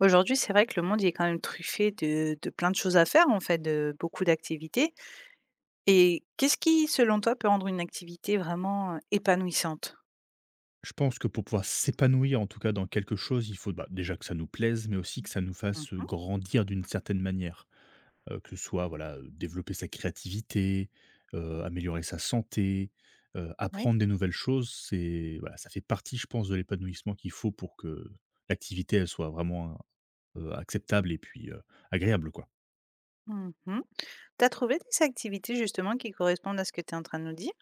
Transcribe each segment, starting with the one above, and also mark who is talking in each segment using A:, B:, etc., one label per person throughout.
A: Aujourd'hui, c'est vrai que le monde il est quand même truffé de plein de choses à faire en fait, de beaucoup d'activités et qu'est-ce qui, selon toi, peut rendre une activité vraiment, épanouissante?
B: Je pense que pour pouvoir s'épanouir, en tout cas dans quelque chose, il faut bah, déjà que ça nous plaise, mais aussi que ça nous fasse
A: Mmh.
B: grandir d'une certaine manière. Que ce soit voilà, développer sa créativité, améliorer sa santé,
A: Oui.
B: apprendre des nouvelles choses, c'est voilà, ça fait partie, je pense, de l'épanouissement qu'il faut pour que l'activité elle soit vraiment acceptable et puis agréable, quoi.
A: Mmh mh. Trouvé des activités justement qui correspondent à ce que tu es en train de nous dire?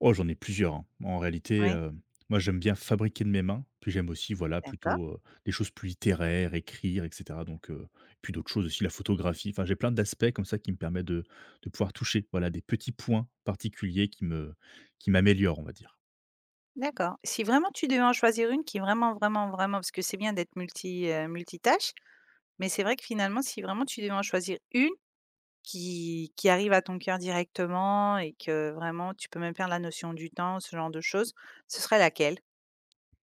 B: Oh, j'en ai plusieurs, hein. En réalité,
A: Oui,
B: moi, j'aime bien fabriquer de mes mains, puis j'aime aussi, voilà,
A: d'accord,
B: plutôt, les choses plus littéraires, écrire et cetera donc puis d'autres choses aussi, la photographie. Enfin, j'ai plein d'aspects comme ça qui me permettent de pouvoir toucher, voilà, des petits points particuliers qui m'améliorent, on va dire.
A: d'accord. Si vraiment tu devais en choisir une qui vraiment, vraiment, vraiment parce que c'est bien d'être multitâche, mais c'est vrai que finalement si vraiment tu devais en choisir une. Qui arrive à ton cœur directement et que vraiment tu peux même perdre la notion du temps, ce genre de choses, ce serait laquelle?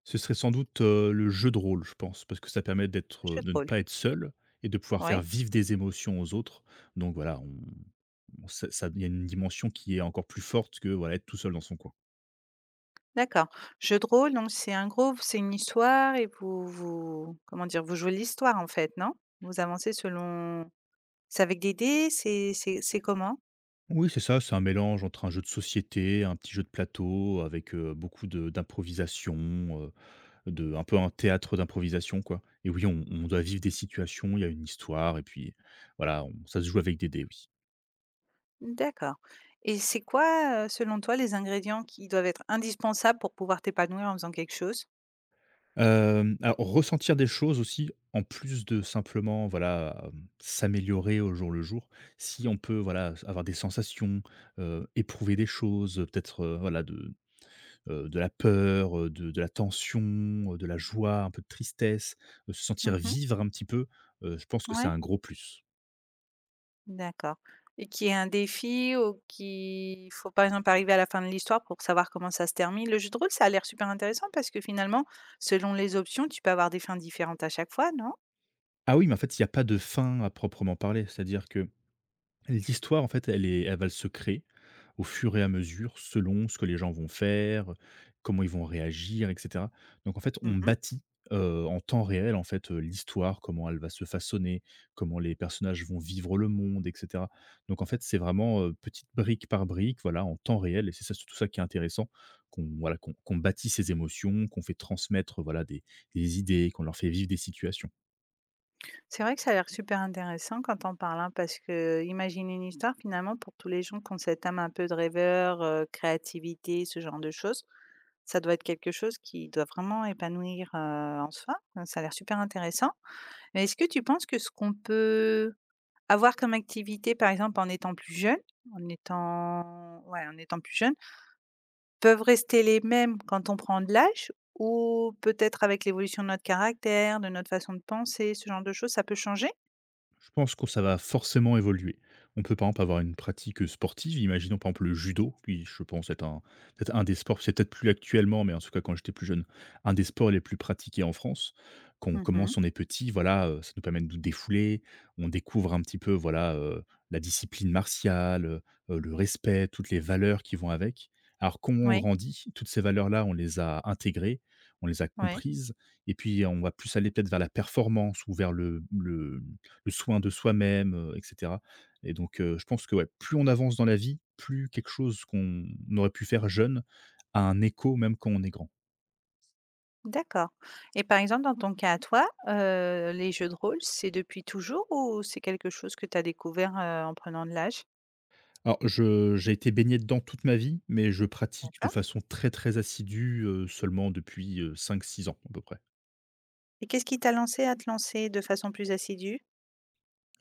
B: Ce serait sans doute, le jeu de rôle, je pense, parce que ça permet
A: Le jeu de
B: de ne
A: rôle.
B: pas être seul et de pouvoir
A: Oui,
B: faire vivre des émotions aux autres donc voilà, on ça il y a une dimension qui est encore plus forte que, voilà, être tout seul dans son coin.
A: d'accord. Jeu de rôle, donc c'est un groupe, c'est une histoire et vous vous comment dire? Vous jouez l'histoire en fait, non? Vous avancez selon, c'est avec des dés? C'est comment?
B: Oui, c'est ça, c'est un mélange entre un jeu de société, un petit jeu de plateau avec, beaucoup de d'improvisation, de un peu un théâtre d'improvisation, quoi et oui, on doit vivre des situations, il y a une histoire et puis voilà, on ça se joue avec des dés, oui.
A: D'accord, et c'est quoi, selon toi, les ingrédients qui doivent être indispensables pour pouvoir t'épanouir en faisant quelque chose?
B: Alors ressentir des choses aussi, en plus de simplement, voilà, s'améliorer au jour le jour. Si on peut, voilà, avoir des sensations, éprouver des choses, peut-être, voilà de la peur, de la tension, de la joie, un peu de tristesse, se sentir
A: Mmh.
B: vivre un petit peu, je pense que c'est
A: Ouais.
B: un gros plus.
A: D'accord, et qu'il y ait un défi ou qu'il faut, par exemple, arriver à la fin de l'histoire pour savoir comment ça se termine? Le jeu de rôle, ça a l'air super intéressant parce que finalement, selon les options, tu peux avoir des fins différentes à chaque fois, non?
B: Ah oui, mais en fait, il y a pas de fin à proprement parler, c'est-à-dire que l'histoire, en fait, elle va se créer au fur et à mesure, selon ce que les gens vont faire, comment ils vont réagir, et cetera. Donc en fait, on
A: Mmh.
B: bâtit, en temps réel, en fait, l'histoire, comment elle va se façonner, comment les personnages vont vivre le monde, et cetera. Donc en fait, c'est vraiment, petite brique par brique, voilà, en temps réel et c'est ça, c'est tout ça qui est intéressant, qu'on voilà, qu'on bâtit ses émotions, qu'on fait transmettre, voilà, des idées, qu'on leur fait vivre des situations.
A: C'est vrai que ça a l'air super intéressant quand on parles, hein, parce que qu'imaginer une histoire, finalement, pour tous les gens qui ont cette âme un peu de rêveur, créativité, ce genre de choses, ça doit être quelque chose qui doit vraiment épanouir, en soi. Ça a l'air super intéressant. Mais est-ce que tu penses que ce qu'on peut avoir comme activité, par exemple, en étant plus jeune, en étant ouais, en étant plus jeune, peuvent rester les mêmes quand on prend de l'âge ou peut-être avec l'évolution de notre caractère, de notre façon de penser, ce genre de choses, ça peut changer?
B: Je pense que ça va forcément évoluer. On peut par exemple avoir une pratique sportive, imaginons par exemple le judo, qui je pense est peut-être un des sports, c'est peut-être plus actuellement, mais en tout cas quand j'étais plus jeune, un des sports les plus pratiqués en France. Quand on
A: Mmh.
B: commence, on est petit, voilà, ça nous permet de nous défouler, on découvre un petit peu, voilà, la discipline martiale, le respect, toutes les valeurs qui vont avec. Alors quand on
A: Oui,
B: grandit, toutes ces valeurs-là, on les a intégrées, on les a
A: oui,
B: comprises, et puis on va plus aller peut-être vers la performance ou vers le soin de soi-même, et cetera et donc je pense que, ouais, plus on avance dans la vie, plus quelque chose qu'on aurait pu faire jeune a un écho même quand on est grand.
A: d'accord, et par exemple, dans ton cas à toi, les jeux de rôle, c'est depuis toujours ou c'est quelque chose que tu as découvert, en prenant de l'âge?
B: Alors je j'ai été baigné dedans toute ma vie, mais je pratique de
A: D'accord,
B: façon très, très assidue, seulement depuis, cinq six ans à peu près.
A: et qu'est-ce qui t'a lancé à te lancer de façon plus assidue?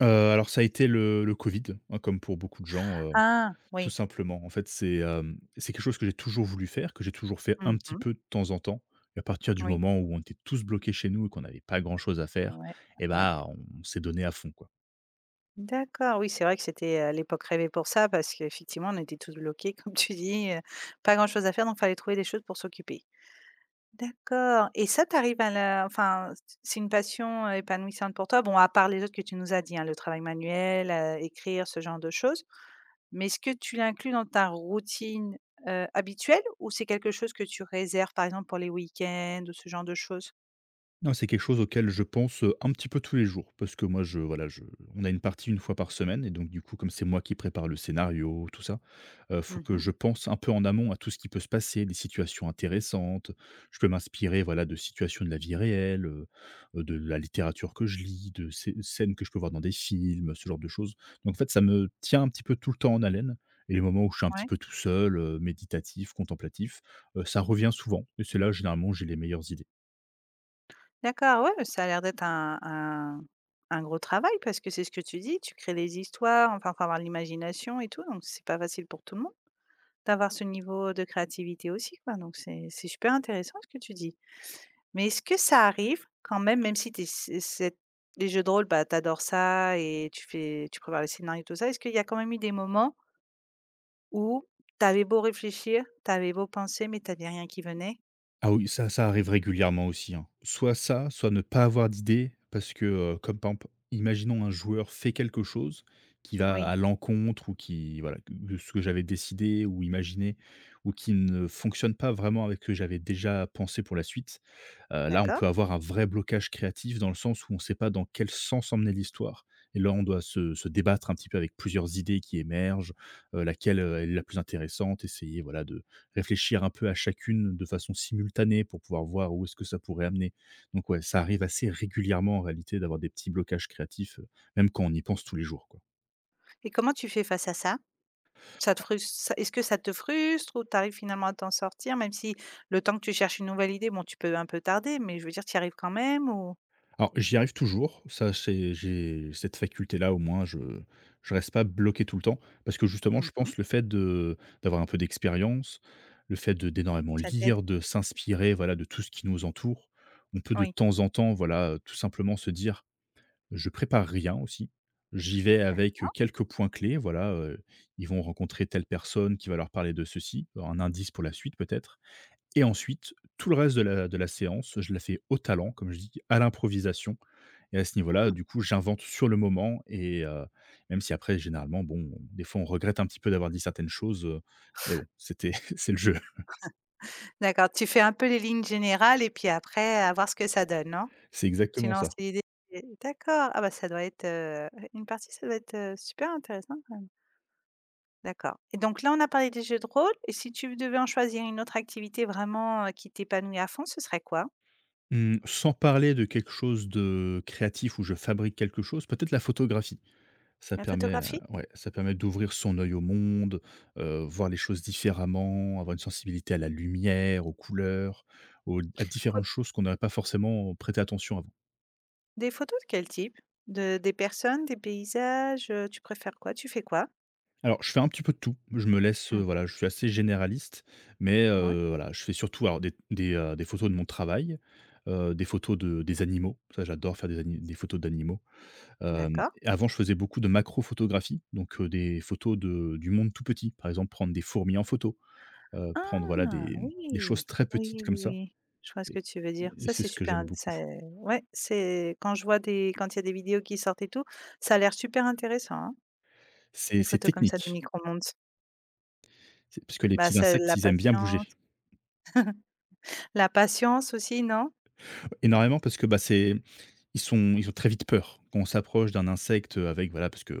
B: Heu, alors ça a été le covid, hein, comme pour beaucoup de gens.
A: Ah!
B: Tout
A: Oui.
B: simplement. En fait, c'est quelque chose que j'ai toujours voulu faire, que j'ai toujours fait un petit
A: Mmh.
B: peu de temps en temps et à partir du
A: Oui.
B: moment où on était tous bloqués chez nous et qu'on n'avait pas grand chose à faire
A: Ouais.
B: eh
A: Ouais.
B: bah, on s'est donné à fond, quoi.
A: D'accord, oui, c'est vrai que c'était, l'époque rêvée pour ça parce qu'effectivement, on était tous bloqués comme tu dis, pas grand-chose à faire donc fallait trouver des choses pour s'occuper. D'accord, et ça tu à la enfin, c'est une passion, épanouissante pour toi? Bon, à part les autres que tu nous as dit, hein, le travail manuel, écrire, ce genre de choses. Mais est-ce que tu l'inclus dans ta routine, habituelle ou c'est quelque chose que tu réserves, par exemple, pour les week-ends ou ce genre de choses?
B: Non, c'est quelque chose auquel je pense, un petit peu tous les jours parce que moi je voilà, je on a une partie une fois par semaine et donc du coup, comme c'est moi qui prépare le scénario, tout ça, faut
A: Mmh
B: que
A: mh.
B: je pense un peu en amont à tout ce qui peut se passer, des situations intéressantes. Je peux m'inspirer, voilà, de situations de la vie réelle, de la littérature que je lis, de scènes que je peux voir dans des films, ce genre de choses. Donc en fait, ça me tient un petit peu tout le temps en haleine et les moments où je suis un petit
A: Ouais.
B: peu tout seul, méditatif, contemplatif, ça revient souvent et c'est là, généralement, où j'ai les meilleures idées.
A: D'accord, ouais, ça a l'air d'être un un gros travail parce que c'est ce que tu dis, tu crées les histoires, enfin, faut avoir l'imagination et tout, donc c'est pas facile pour tout le monde d'avoir ce niveau de créativité aussi, quoi, donc c'est super intéressant ce que tu dis. Mais est-ce que ça arrive quand même, même si t'es es c'est les jeux de rôle, bah, t'adores ça et tu prépares les scénarios, et tout ça, est-ce qu'il y a quand même eu des moments où t'avais beau réfléchir, t'avais beau penser, mais t'avais rien qui venait?
B: Ah oui, ça arrive régulièrement aussi, hein. Soit ça, soit ne pas avoir d'idée parce que, comme par exemple, imaginons un joueur fait quelque chose qui va
A: Oui,
B: à l'encontre ou qui voilà, de ce que j'avais décidé ou imaginé ou qui ne fonctionne pas vraiment avec ce que j'avais déjà pensé pour la suite. Là, on
A: d'accord.
B: peut avoir un vrai blocage créatif dans le sens où on ne sait pas dans quel sens emmener l'histoire et là, on doit se débattre un petit peu avec plusieurs idées qui émergent, laquelle, est la plus intéressante, essayer voilà de réfléchir un peu à chacune de façon simultanée pour pouvoir voir où est-ce que ça pourrait amener. Donc ouais, ça
A: Mmh.
B: arrive assez régulièrement en réalité d'avoir des petits blocages créatifs, même quand on y pense tous les jours, quoi.
A: Et comment tu fais face à ça? Ça te frus ça est-ce que ça te frustre ou tu arrives finalement à t'en sortir même si le temps que tu cherches une nouvelle idée, bon tu peux un peu tarder, mais je veux dire tu y arrives quand même ou?
B: Alors j'y arrive toujours, ça c'est j'ai cette faculté-là au moins, je reste pas bloqué tout le temps parce que justement je
A: Mmh.
B: pense le fait de d'avoir un peu d'expérience, le fait de d'énormément
A: Ça t'aide?
B: lire, de s'inspirer, voilà, de tout ce qui nous entoure, on peut de
A: Oui,
B: temps en temps, voilà, tout simplement se dire: Je prépare rien aussi. J'y vais avec, quelques points clés, voilà, ils vont rencontrer telle personne qui va leur parler de ceci, un indice pour la suite peut-être et ensuite tout le reste de la séance, je la fais au talent, comme je dis, à l'improvisation et à ce niveau-là, du coup, j'invente sur le moment et même si après généralement, bon, des fois on regrette un petit peu d'avoir dit certaines choses, mais bon, c'était c'est le jeu.
A: d'accord, tu fais un peu les lignes générales et puis après à voir ce que ça donne, non?
B: C'est
A: Tu
B: exactement
A: lances
B: ça.
A: l'idée et d'accord, ah bah, ça doit être, une partie ça doit être, super intéressant quand même. D'accord, et donc là on a parlé des jeux de rôle et si tu devais en choisir une autre activité vraiment, qui t'épanouit à fond, ce serait quoi?
B: Mmh, Sans parler de quelque chose de créatif où je fabrique quelque chose, peut-être la photographie. Ça
A: La
B: permet,
A: photographie?
B: ouais, ça permet d'ouvrir son œil au monde, voir les choses différemment, avoir une sensibilité à la lumière, aux couleurs, aux à différentes choses qu'on n'aurait pas forcément prêté attention avant.
A: Des photos de quel type? De des personnes, des paysages, tu préfères quoi? Tu fais quoi?
B: Alors je fais un petit peu de tout, je me laisse,
A: Mmh.
B: voilà, je suis assez généraliste, mais
A: Ouais,
B: voilà, je fais surtout alors des photos de mon travail, des photos de des animaux, ça j'adore faire des photos d'animaux.
A: d'accord.
B: Avant je faisais beaucoup de macrophotographie, donc des photos de du monde tout petit, par exemple prendre des fourmis en photo. Prendre
A: Ah
B: voilà des choses
A: oui!
B: très petites
A: Oui,
B: comme
A: oui,
B: ça
A: oui. Je vois ce que
B: et
A: tu veux dire.
B: et
A: Ça,
B: c'est
A: c'est
B: ce que
A: super
B: j'aimais
A: int
B: beaucoup.
A: ça ouais, c'est quand je vois des quand il y a des vidéos qui sortent et tout, ça a l'air super intéressant, hein,
B: C'est
A: les
B: c'est
A: photos comme ça du
B: technique,
A: micro-monde.
B: c'est parce que les
A: Bah,
B: petits
A: c'est
B: insectes,
A: la
B: ils aiment bien
A: patience,
B: bouger.
A: aussi, non?
B: Énormément parce que, bah, c'est ils ont très vite peur. Quand on s'approche d'un insecte, avec voilà, parce que,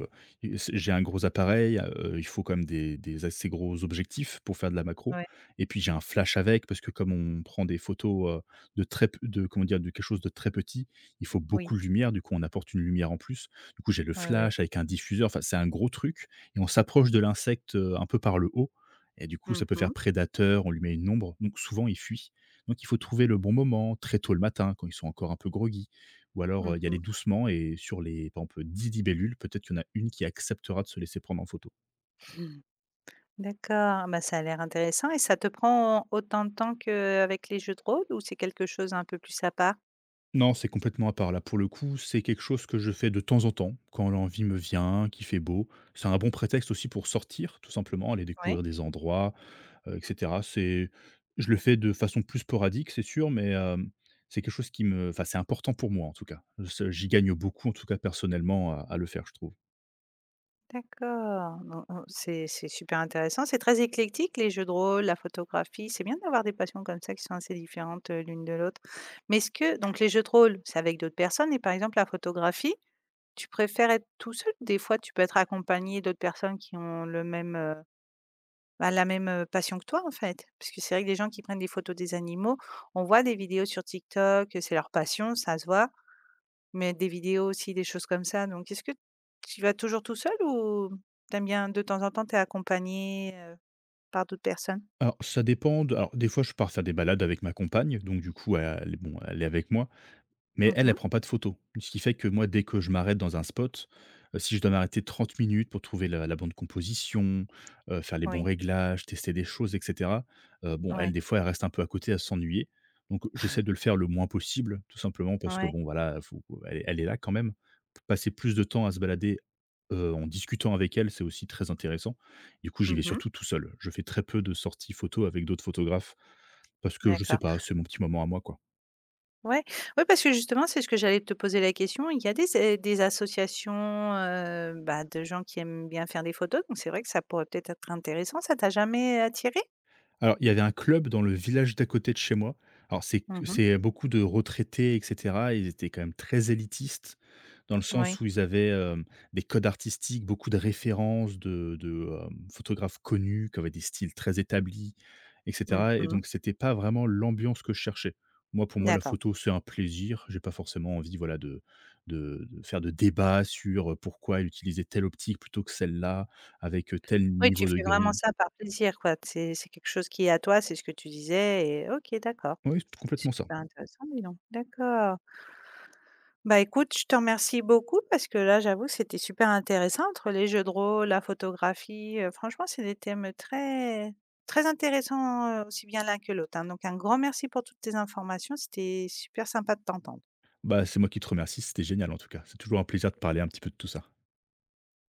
B: c'est j'ai un gros appareil, il faut quand même des assez gros objectifs pour faire de la macro
A: Ouais,
B: et puis j'ai un flash avec parce que comme on prend des photos, de très p de comment dire? De quelque chose de très petit, il faut
A: oui,
B: beaucoup de lumière, du coup on apporte une lumière en plus. Du coup j'ai le
A: ouais, ouais.
B: flash avec un diffuseur, enfin c'est un gros truc et on s'approche de l'insecte, un peu par le haut et du coup
A: Mmh
B: ça peut faire
A: mh.
B: prédateur, on lui met une ombre, donc souvent il fuit donc il faut trouver le bon moment, très tôt le matin, quand ils sont encore un peu groggy, ou alors y aller
A: Mmh.
B: doucement et sur les, par exemple, 10 libellules, peut-être qu'il y en a une qui acceptera de se laisser prendre en photo.
A: D'accord, bah, ça a l'air intéressant et ça te prend autant de temps qu'avec les jeux de rôle ou c'est quelque chose un peu plus à part?
B: Non, c'est complètement à part là. Pour le coup, c'est quelque chose que je fais de temps en temps, quand l'envie me vient, qu'il fait beau. C'est un bon prétexte aussi pour sortir, tout simplement, aller
A: Oui.
B: découvrir des endroits, etc. C'est, je le fais de façon plus sporadique, c'est sûr, mais c'est quelque chose qui me, enfin, c'est important pour moi en tout cas. J'y gagne beaucoup, en tout cas personnellement, à le faire, je trouve.
A: D'accord. Non, non, c'est super intéressant. C'est très éclectique les jeux de rôle, la photographie. C'est bien d'avoir des passions comme ça qui sont assez différentes, l'une de l'autre. Mais est-ce que donc les jeux de rôle, c'est avec d'autres personnes et par exemple la photographie, tu préfères être tout seul? Des fois, tu peux être accompagné d'autres personnes qui ont le même, bah, la même, passion que toi, en fait. Parce que c'est vrai que les gens qui prennent des photos des animaux, on voit des vidéos sur TikTok, c'est leur passion, ça se voit, mais des vidéos aussi, des choses comme ça, donc est-ce que tu vas toujours tout seul ou t'aimes bien de temps en temps, t'es accompagné, par d'autres personnes?
B: Alors ça dépend de alors des fois je pars faire des balades avec ma compagne, donc du coup elle bon, elle est avec moi, mais
A: Mmh
B: elle, elle
A: mh.
B: prend pas de photos. Ce qui fait que moi, dès que je m'arrête dans un spot, si je dois m'arrêter 30 minutes pour trouver la bonne composition, faire les bons
A: Oui.
B: réglages, tester des choses et cetera, bon, elle,
A: Ouais.
B: des fois, elle reste un peu à côté à s'ennuyer. Donc j'essaie de le faire le moins possible, tout simplement parce que
A: Ouais.
B: bon, voilà, faut elle est là quand même. Passer plus de temps à se balader, en discutant avec elle, c'est aussi très intéressant. Du coup, j'y vais
A: Mmh.
B: surtout tout seul. Je fais très peu de sorties photos avec d'autres photographes parce que je sais
A: D'accord.
B: pas, c'est mon petit moment à moi, quoi.
A: Ouais. Ouais, parce que justement, c'est ce que j'allais te poser la question. Il y a des associations, bah, de gens qui aiment bien faire des photos, donc c'est vrai que ça pourrait peut-être être intéressant. Ça t'a jamais attiré?
B: Alors, il y avait un club dans le village d'à côté de chez moi. Alors,
A: Mmh.
B: c'est beaucoup de retraités et cetera. Ils étaient quand même très élitistes, dans le sens
A: Oui.
B: où ils avaient, des codes artistiques, beaucoup de références de photographes connus, qui avaient des styles très établis et
A: Mmh
B: cetera et
A: mh.
B: donc c'était pas vraiment l'ambiance que je cherchais. Moi, pour moi, la
A: D'accord.
B: photo, c'est un plaisir. J'ai pas forcément envie, voilà, de faire de débats sur, pourquoi utiliser telle optique plutôt que celle-là, avec, tel
A: Oui, tu
B: niveau de
A: fais vraiment
B: gris.
A: ça par plaisir, quoi. C'est quelque chose qui est à toi, c'est ce que tu disais et OK, d'accord.
B: Oui, c'est
A: C'est
B: complètement ça.
A: super intéressant, dis donc. D'accord. Bah, écoute, je te remercie beaucoup parce que là, j'avoue, c'était super intéressant entre les jeux de rôle, la photographie, franchement, c'est des thèmes très très intéressants, aussi bien l'un que l'autre, hein. Donc un grand merci pour toutes tes informations, c'était super sympa de t'entendre.
B: Bah, c'est moi qui te remercie, c'était génial en tout cas. C'est toujours un plaisir de parler un petit peu de tout ça.